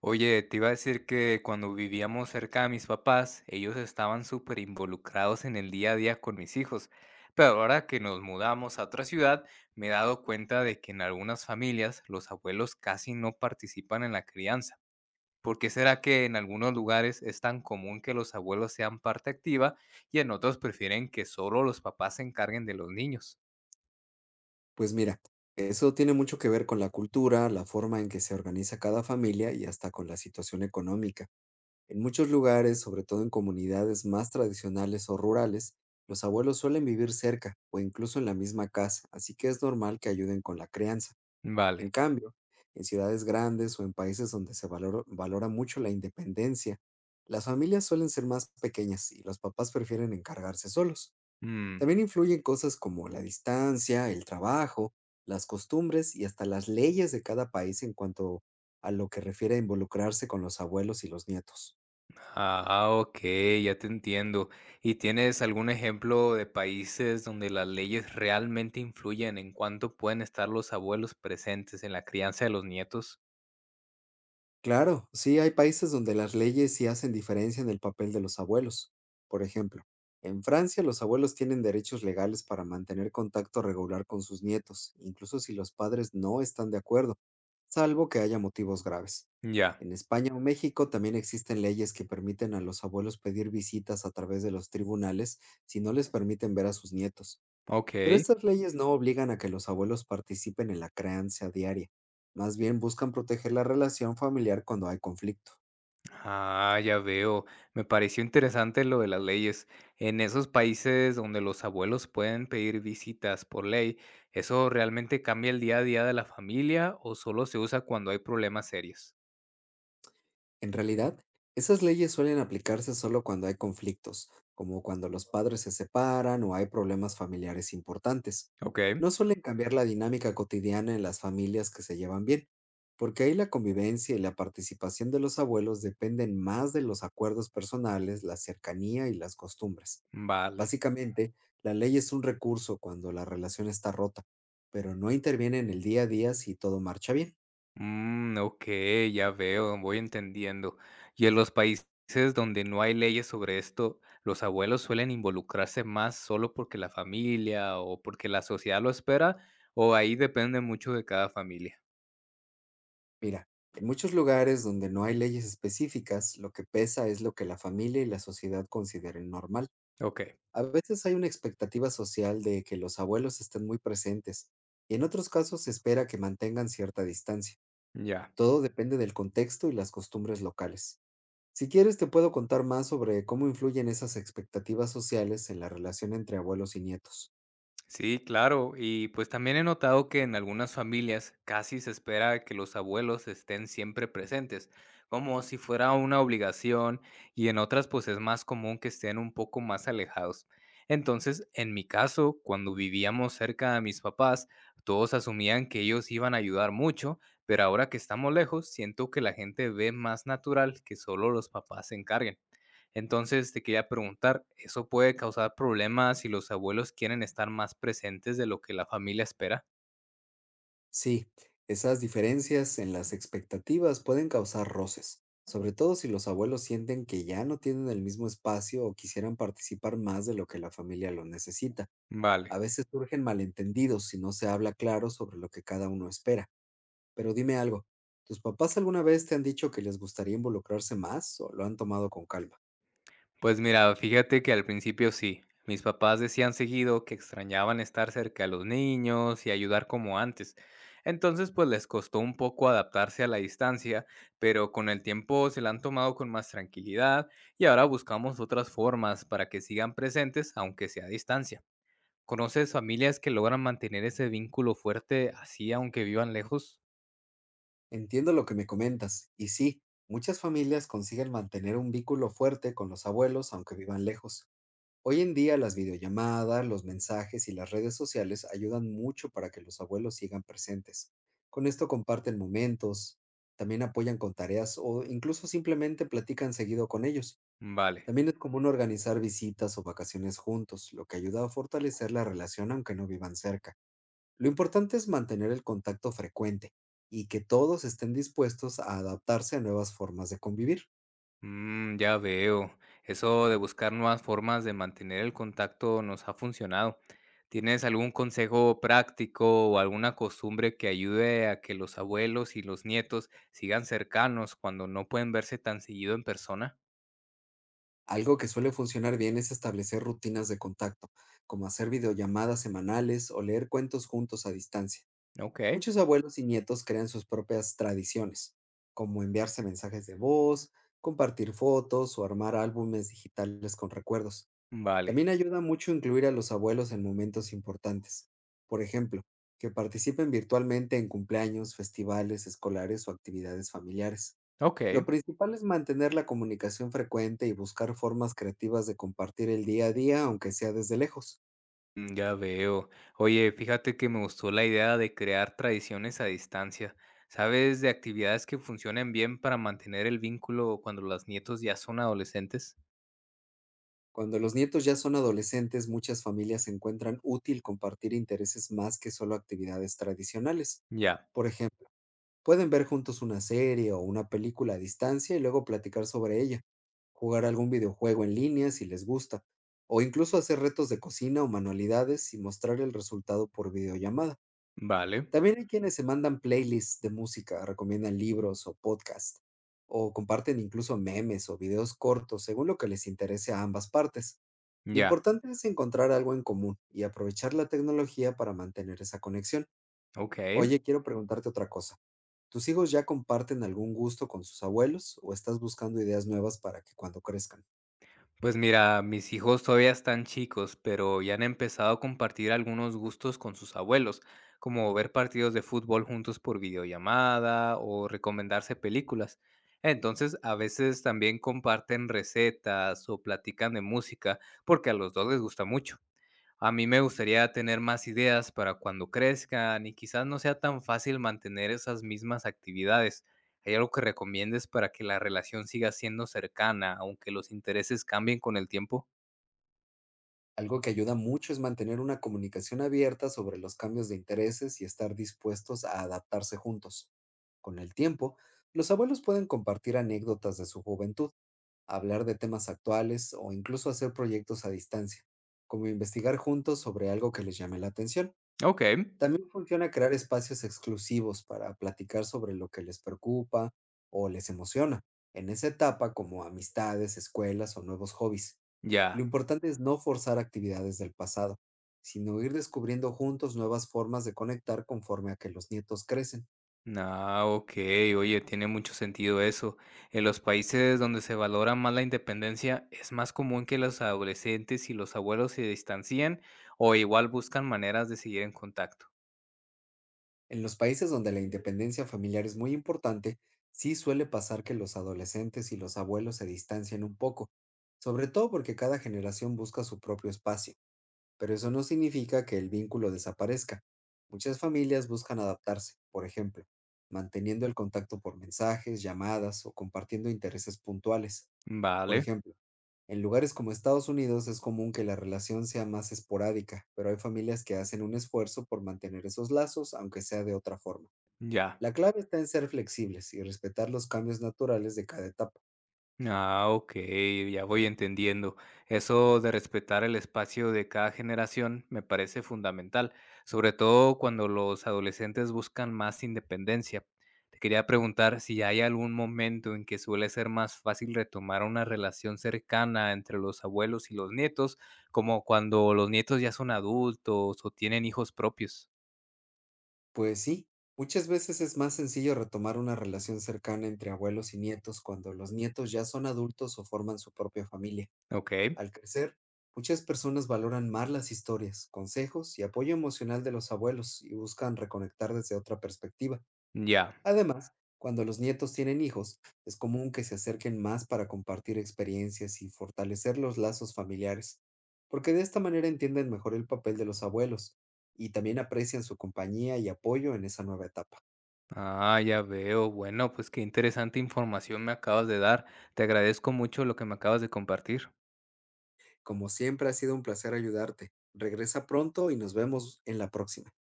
Oye, te iba a decir que cuando vivíamos cerca de mis papás, ellos estaban súper involucrados en el día a día con mis hijos, pero ahora que nos mudamos a otra ciudad, me he dado cuenta de que en algunas familias los abuelos casi no participan en la crianza. ¿Por qué será que en algunos lugares es tan común que los abuelos sean parte activa y en otros prefieren que solo los papás se encarguen de los niños? Pues mira, eso tiene mucho que ver con la cultura, la forma en que se organiza cada familia y hasta con la situación económica. En muchos lugares, sobre todo en comunidades más tradicionales o rurales, los abuelos suelen vivir cerca o incluso en la misma casa, así que es normal que ayuden con la crianza. Vale. En cambio, en ciudades grandes o en países donde se valora mucho la independencia, las familias suelen ser más pequeñas y los papás prefieren encargarse solos. Mm. También influyen cosas como la distancia, el trabajo, las costumbres y hasta las leyes de cada país en cuanto a lo que refiere a involucrarse con los abuelos y los nietos. Ah, ok, ya te entiendo. ¿Y tienes algún ejemplo de países donde las leyes realmente influyen en cuánto pueden estar los abuelos presentes en la crianza de los nietos? Claro, sí, hay países donde las leyes sí hacen diferencia en el papel de los abuelos. Por ejemplo, en Francia los abuelos tienen derechos legales para mantener contacto regular con sus nietos, incluso si los padres no están de acuerdo, salvo que haya motivos graves. Ya, En España o México también existen leyes que permiten a los abuelos pedir visitas a través de los tribunales si no les permiten ver a sus nietos. Pero ok. estas leyes no obligan a que los abuelos participen en la crianza diaria, más bien buscan proteger la relación familiar cuando hay conflicto. Ah, ya veo. Me pareció interesante lo de las leyes. En esos países donde los abuelos pueden pedir visitas por ley, ¿eso realmente cambia el día a día de la familia o solo se usa cuando hay problemas serios? En realidad, esas leyes suelen aplicarse solo cuando hay conflictos, como cuando los padres se separan o hay problemas familiares importantes. Ok, No suelen cambiar la dinámica cotidiana en las familias que se llevan bien, porque ahí la convivencia y la participación de los abuelos dependen más de los acuerdos personales, la cercanía y las costumbres. vale. Básicamente, la ley es un recurso cuando la relación está rota, pero no interviene en el día a día si todo marcha bien. Mm, ok, ya veo, voy entendiendo. Y en los países donde no hay leyes sobre esto, los abuelos suelen involucrarse más solo porque la familia o porque la sociedad lo espera, o ahí depende mucho de cada familia. Mira, en muchos lugares donde no hay leyes específicas, lo que pesa es lo que la familia y la sociedad consideren normal. Ok, A veces hay una expectativa social de que los abuelos estén muy presentes, y en otros casos se espera que mantengan cierta distancia. ya. Todo depende del contexto y las costumbres locales. Si quieres, te puedo contar más sobre cómo influyen esas expectativas sociales en la relación entre abuelos y nietos. Sí, claro. Y pues también he notado que en algunas familias casi se espera que los abuelos estén siempre presentes, como si fuera una obligación, y en otras pues es más común que estén un poco más alejados. Entonces, en mi caso, cuando vivíamos cerca de mis papás, todos asumían que ellos iban a ayudar mucho, pero ahora que estamos lejos, siento que la gente ve más natural que solo los papás se encarguen. Entonces, te quería preguntar, ¿eso puede causar problemas si los abuelos quieren estar más presentes de lo que la familia espera? Sí, esas diferencias en las expectativas pueden causar roces, sobre todo si los abuelos sienten que ya no tienen el mismo espacio o quisieran participar más de lo que la familia lo necesita. A Vale, veces surgen malentendidos si no se habla claro sobre lo que cada uno espera. Pero dime algo, ¿tus papás alguna vez te han dicho que les gustaría involucrarse más o lo han tomado con calma? pues mira, fíjate que al principio sí, mis papás decían seguido que extrañaban estar cerca de los niños y ayudar como antes. Entonces, pues les costó un poco adaptarse a la distancia, pero con el tiempo se la han tomado con más tranquilidad y ahora buscamos otras formas para que sigan presentes aunque sea a distancia. ¿Conoces familias que logran mantener ese vínculo fuerte así aunque vivan lejos? Entiendo lo que me comentas, y sí, muchas familias consiguen mantener un vínculo fuerte con los abuelos aunque vivan lejos. Hoy en día las videollamadas, los mensajes y las redes sociales ayudan mucho para que los abuelos sigan presentes. Con esto comparten momentos, también apoyan con tareas o incluso simplemente platican seguido con ellos. Vale. También es común organizar visitas o vacaciones juntos, lo que ayuda a fortalecer la relación aunque no vivan cerca. Lo importante es mantener el contacto frecuente y que todos estén dispuestos a adaptarse a nuevas formas de convivir. Mm, ya veo. Eso de buscar nuevas formas de mantener el contacto nos ha funcionado. ¿Tienes algún consejo práctico o alguna costumbre que ayude a que los abuelos y los nietos sigan cercanos cuando no pueden verse tan seguido en persona? Algo que suele funcionar bien es establecer rutinas de contacto, como hacer videollamadas semanales o leer cuentos juntos a distancia. Ok, Muchos abuelos y nietos crean sus propias tradiciones, como enviarse mensajes de voz, compartir fotos o armar álbumes digitales con recuerdos. vale. También ayuda mucho incluir a los abuelos en momentos importantes. Por ejemplo, que participen virtualmente en cumpleaños, festivales escolares o actividades familiares. Ok. Lo principal es mantener la comunicación frecuente y buscar formas creativas de compartir el día a día, aunque sea desde lejos. Mm, ya veo. Oye, fíjate que me gustó la idea de crear tradiciones a distancia. ¿Sabes de actividades que funcionen bien para mantener el vínculo cuando los nietos ya son adolescentes? Cuando los nietos ya son adolescentes, muchas familias encuentran útil compartir intereses más que solo actividades tradicionales. Ya, Por ejemplo, pueden ver juntos una serie o una película a distancia y luego platicar sobre ella, jugar algún videojuego en línea si les gusta, o incluso hacer retos de cocina o manualidades y mostrar el resultado por videollamada. vale, También hay quienes se mandan playlists de música, recomiendan libros o podcasts, o comparten incluso memes o videos cortos, según lo que les interese a ambas partes. Lo ya, importante es encontrar algo en común y aprovechar la tecnología para mantener esa conexión. ok. Oye, quiero preguntarte otra cosa. ¿Tus hijos ya comparten algún gusto con sus abuelos o estás buscando ideas nuevas para que cuando crezcan? Pues mira, mis hijos todavía están chicos, pero ya han empezado a compartir algunos gustos con sus abuelos, como ver partidos de fútbol juntos por videollamada o recomendarse películas. Entonces, a veces también comparten recetas o platican de música, porque a los dos les gusta mucho. A mí me gustaría tener más ideas para cuando crezcan y quizás no sea tan fácil mantener esas mismas actividades. ¿Hay algo que recomiendes para que la relación siga siendo cercana, aunque los intereses cambien con el tiempo? Algo que ayuda mucho es mantener una comunicación abierta sobre los cambios de intereses y estar dispuestos a adaptarse juntos. Con el tiempo, los abuelos pueden compartir anécdotas de su juventud, hablar de temas actuales o incluso hacer proyectos a distancia, como investigar juntos sobre algo que les llame la atención. Ok, También funciona crear espacios exclusivos para platicar sobre lo que les preocupa o les emociona en esa etapa como amistades, escuelas o nuevos hobbies. ya. Lo importante es no forzar actividades del pasado, sino ir descubriendo juntos nuevas formas de conectar conforme a que los nietos crecen. Ah, ok, oye, tiene mucho sentido eso. En los países donde se valora más la independencia, ¿es más común que los adolescentes y los abuelos se distancien o igual buscan maneras de seguir en contacto? En los países donde la independencia familiar es muy importante, sí suele pasar que los adolescentes y los abuelos se distancian un poco, sobre todo porque cada generación busca su propio espacio, pero eso no significa que el vínculo desaparezca. Muchas familias buscan adaptarse, por ejemplo, manteniendo el contacto por mensajes, llamadas o compartiendo intereses puntuales. Por Vale, ejemplo, en lugares como Estados Unidos es común que la relación sea más esporádica, pero hay familias que hacen un esfuerzo por mantener esos lazos, aunque sea de otra forma. ya. La clave está en ser flexibles y respetar los cambios naturales de cada etapa. Ah, ok, ya voy entendiendo. Eso de respetar el espacio de cada generación me parece fundamental, sobre todo cuando los adolescentes buscan más independencia. Te quería preguntar si hay algún momento en que suele ser más fácil retomar una relación cercana entre los abuelos y los nietos, como cuando los nietos ya son adultos o tienen hijos propios. Pues sí, muchas veces es más sencillo retomar una relación cercana entre abuelos y nietos cuando los nietos ya son adultos o forman su propia familia. Ok, Al crecer, muchas personas valoran más las historias, consejos y apoyo emocional de los abuelos y buscan reconectar desde otra perspectiva. ya. Además, cuando los nietos tienen hijos, es común que se acerquen más para compartir experiencias y fortalecer los lazos familiares, porque de esta manera entienden mejor el papel de los abuelos y también aprecian su compañía y apoyo en esa nueva etapa. Ah, ya veo. Bueno, pues qué interesante información me acabas de dar. Te agradezco mucho lo que me acabas de compartir. Como siempre, ha sido un placer ayudarte. Regresa pronto y nos vemos en la próxima.